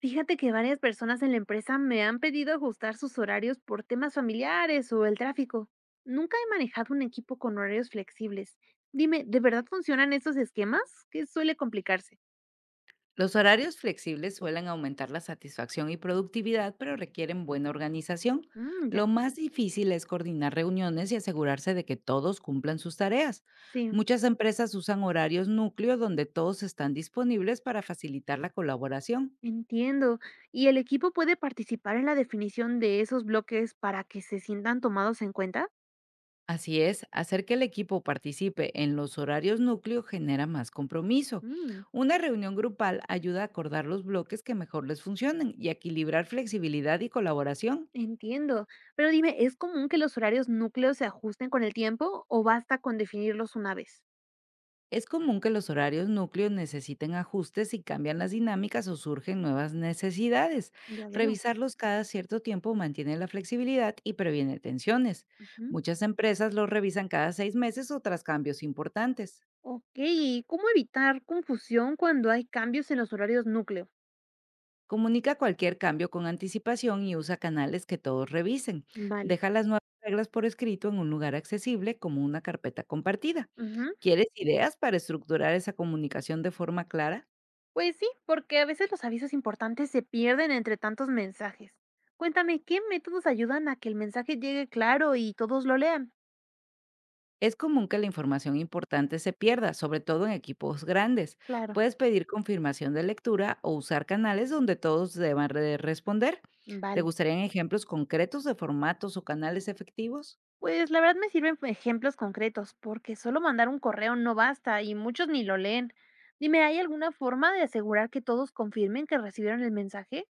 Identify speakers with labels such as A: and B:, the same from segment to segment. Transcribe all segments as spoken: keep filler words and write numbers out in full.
A: Fíjate que varias personas en la empresa me han pedido ajustar sus horarios por temas familiares o el tráfico. Nunca he manejado un equipo con horarios flexibles. Dime, ¿de verdad funcionan estos esquemas? ¿Qué suele complicarse?
B: Los horarios flexibles suelen aumentar la satisfacción y productividad, pero requieren buena organización.
A: Mm,
B: Lo
A: ya,
B: más difícil es coordinar reuniones y asegurarse de que todos cumplan sus tareas.
A: sí,
B: Muchas empresas usan horarios núcleo donde todos están disponibles para facilitar la colaboración.
A: entiendo. ¿Y el equipo puede participar en la definición de esos bloques para que se sientan tomados en cuenta?
B: Así es, hacer que el equipo participe en los horarios núcleo genera más compromiso.
A: Mm,
B: Una reunión grupal ayuda a acordar los bloques que mejor les funcionen y a equilibrar flexibilidad y colaboración.
A: Entiendo. Pero dime, ¿es común que los horarios núcleos se ajusten con el tiempo o basta con definirlos una vez?
B: Es común que los horarios núcleos necesiten ajustes si cambian las dinámicas o surgen nuevas necesidades.
A: Ya veo.
B: Revisarlos cada cierto tiempo mantiene la flexibilidad y previene tensiones.
A: Ujú.
B: Muchas empresas los revisan cada seis meses o tras cambios importantes.
A: Ok, ¿y cómo evitar confusión cuando hay cambios en los horarios núcleo?
B: Comunica cualquier cambio con anticipación y usa canales que todos revisen.
A: Vale.
B: Deja las nuevas reglas por escrito en un lugar accesible como una carpeta compartida.
A: Ujú.
B: ¿Quieres ideas para estructurar esa comunicación de forma clara?
A: Pues sí, porque a veces los avisos importantes se pierden entre tantos mensajes. Cuéntame, ¿qué métodos ayudan a que el mensaje llegue claro y todos lo lean?
B: Es común que la información importante se pierda, sobre todo en equipos grandes.
A: Claro,
B: Puedes pedir confirmación de lectura o usar canales donde todos deban re- responder. ¿Te
A: vale.
B: gustarían ejemplos concretos de formatos o canales efectivos?
A: Pues la verdad me sirven ejemplos concretos, porque solo mandar un correo no basta y muchos ni lo leen. Dime, ¿hay alguna forma de asegurar que todos confirmen que recibieron el mensaje?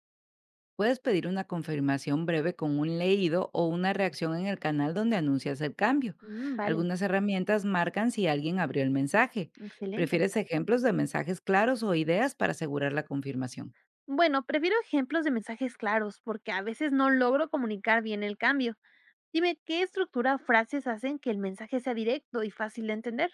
B: Puedes pedir una confirmación breve con un leído o una reacción en el canal donde anuncias el cambio.
A: Mm, vale,
B: Algunas herramientas marcan si alguien abrió el mensaje.
A: excelente.
B: ¿Prefieres ejemplos de mensajes claros o ideas para asegurar la confirmación?
A: Bueno, prefiero ejemplos de mensajes claros porque a veces no logro comunicar bien el cambio. Dime, ¿qué estructura o frases hacen que el mensaje sea directo y fácil de entender?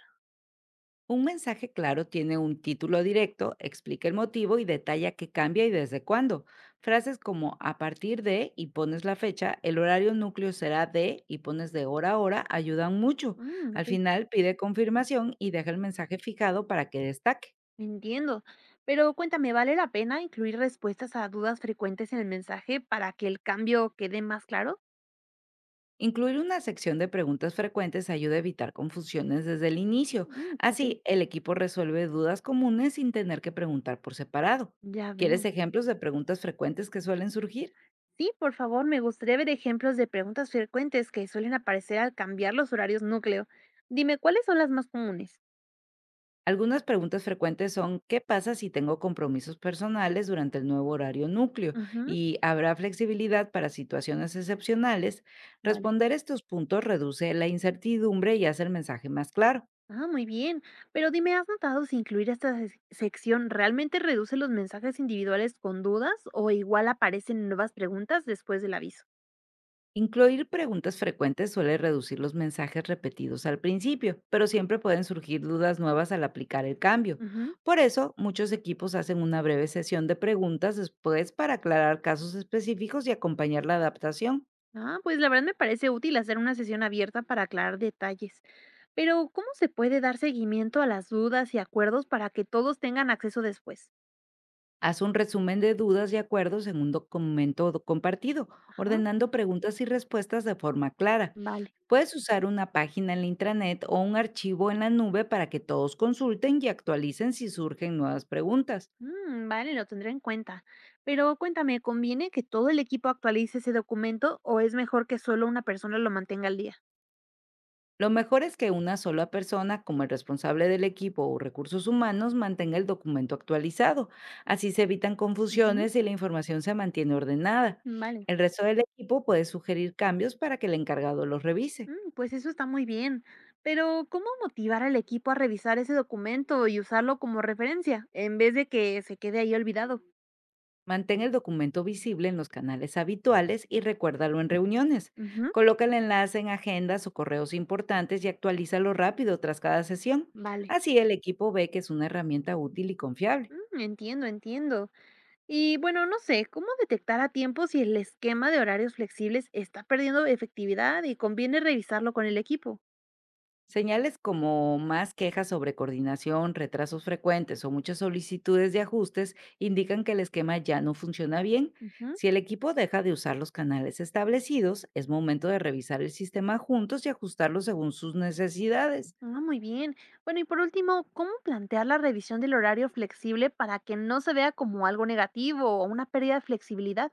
B: Un mensaje claro tiene un título directo, explica el motivo y detalla qué cambia y desde cuándo. Frases como a partir de y pones la fecha, el horario núcleo será de y pones de hora a hora ayudan mucho.
A: Mm,
B: Al
A: ok,
B: final pide confirmación y deja el mensaje fijado para que destaque.
A: entiendo. Pero cuéntame, ¿vale la pena incluir respuestas a dudas frecuentes en el mensaje para que el cambio quede más claro?
B: Incluir una sección de preguntas frecuentes ayuda a evitar confusiones desde el inicio.
A: Mm, ok,
B: Así, el equipo resuelve dudas comunes sin tener que preguntar por separado.
A: ya
B: ¿Quieres
A: veo.
B: ejemplos de preguntas frecuentes que suelen surgir?
A: Sí, por favor, me gustaría ver ejemplos de preguntas frecuentes que suelen aparecer al cambiar los horarios núcleo. Dime, ¿cuáles son las más comunes?
B: Algunas preguntas frecuentes son: ¿qué pasa si tengo compromisos personales durante el nuevo horario núcleo?
A: Ujú,
B: ¿Y habrá flexibilidad para situaciones excepcionales?
A: vale.
B: Responder estos puntos reduce la incertidumbre y hace el mensaje más claro.
A: Ah, muy bien. Pero dime, ¿has notado si incluir esta sec- sección realmente reduce los mensajes individuales con dudas o igual aparecen nuevas preguntas después del aviso?
B: Incluir preguntas frecuentes suele reducir los mensajes repetidos al principio, pero siempre pueden surgir dudas nuevas al aplicar el cambio.
A: Ujú.
B: Por eso, muchos equipos hacen una breve sesión de preguntas después para aclarar casos específicos y acompañar la adaptación.
A: Ah, pues la verdad me parece útil hacer una sesión abierta para aclarar detalles. Pero, ¿cómo se puede dar seguimiento a las dudas y acuerdos para que todos tengan acceso después?
B: Haz un resumen de dudas y acuerdos en un documento do- compartido,
A: Ajá,
B: ordenando preguntas y respuestas de forma clara.
A: vale.
B: Puedes usar una página en la intranet o un archivo en la nube para que todos consulten y actualicen si surgen nuevas preguntas.
A: Mm, vale, lo tendré en cuenta. Pero cuéntame, ¿conviene que todo el equipo actualice ese documento o es mejor que solo una persona lo mantenga al día?
B: Lo mejor es que una sola persona, como el responsable del equipo o recursos humanos, mantenga el documento actualizado. Así se evitan
A: Ujú,
B: confusiones y la información se mantiene ordenada.
A: vale.
B: El resto del equipo puede sugerir cambios para que el encargado los revise.
A: Mm, Pues eso está muy bien, pero ¿cómo motivar al equipo a revisar ese documento y usarlo como referencia en vez de que se quede ahí olvidado?
B: Mantén el documento visible en los canales habituales y recuérdalo en reuniones.
A: Ujú,
B: Coloca el enlace en agendas o correos importantes y actualízalo rápido tras cada sesión.
A: vale.
B: Así el equipo ve que es una herramienta útil y confiable.
A: Mm, entiendo, entiendo. Y bueno, no sé, ¿cómo detectar a tiempo si el esquema de horarios flexibles está perdiendo efectividad y conviene revisarlo con el equipo?
B: Señales como más quejas sobre coordinación, retrasos frecuentes o muchas solicitudes de ajustes indican que el esquema ya no funciona bien.
A: Ujú.
B: Si el equipo deja de usar los canales establecidos, es momento de revisar el sistema juntos y ajustarlo según sus necesidades.
A: Ah, muy bien. Bueno, y por último, ¿cómo plantear la revisión del horario flexible para que no se vea como algo negativo o una pérdida de flexibilidad?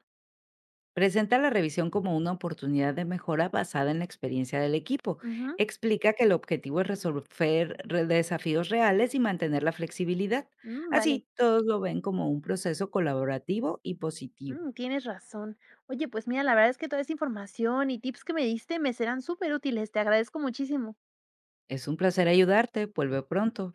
B: Presenta la revisión como una oportunidad de mejora basada en la experiencia del equipo.
A: Ujú,
B: Explica que el objetivo es resolver re- desafíos reales y mantener la flexibilidad.
A: mm, vale.
B: Así, todos lo ven como un proceso colaborativo y positivo.
A: Mm, tienes razón. Oye, pues mira, la verdad es que toda esa información y tips que me diste me serán súper útiles. Te agradezco muchísimo.
B: Es un placer ayudarte. Vuelve pronto.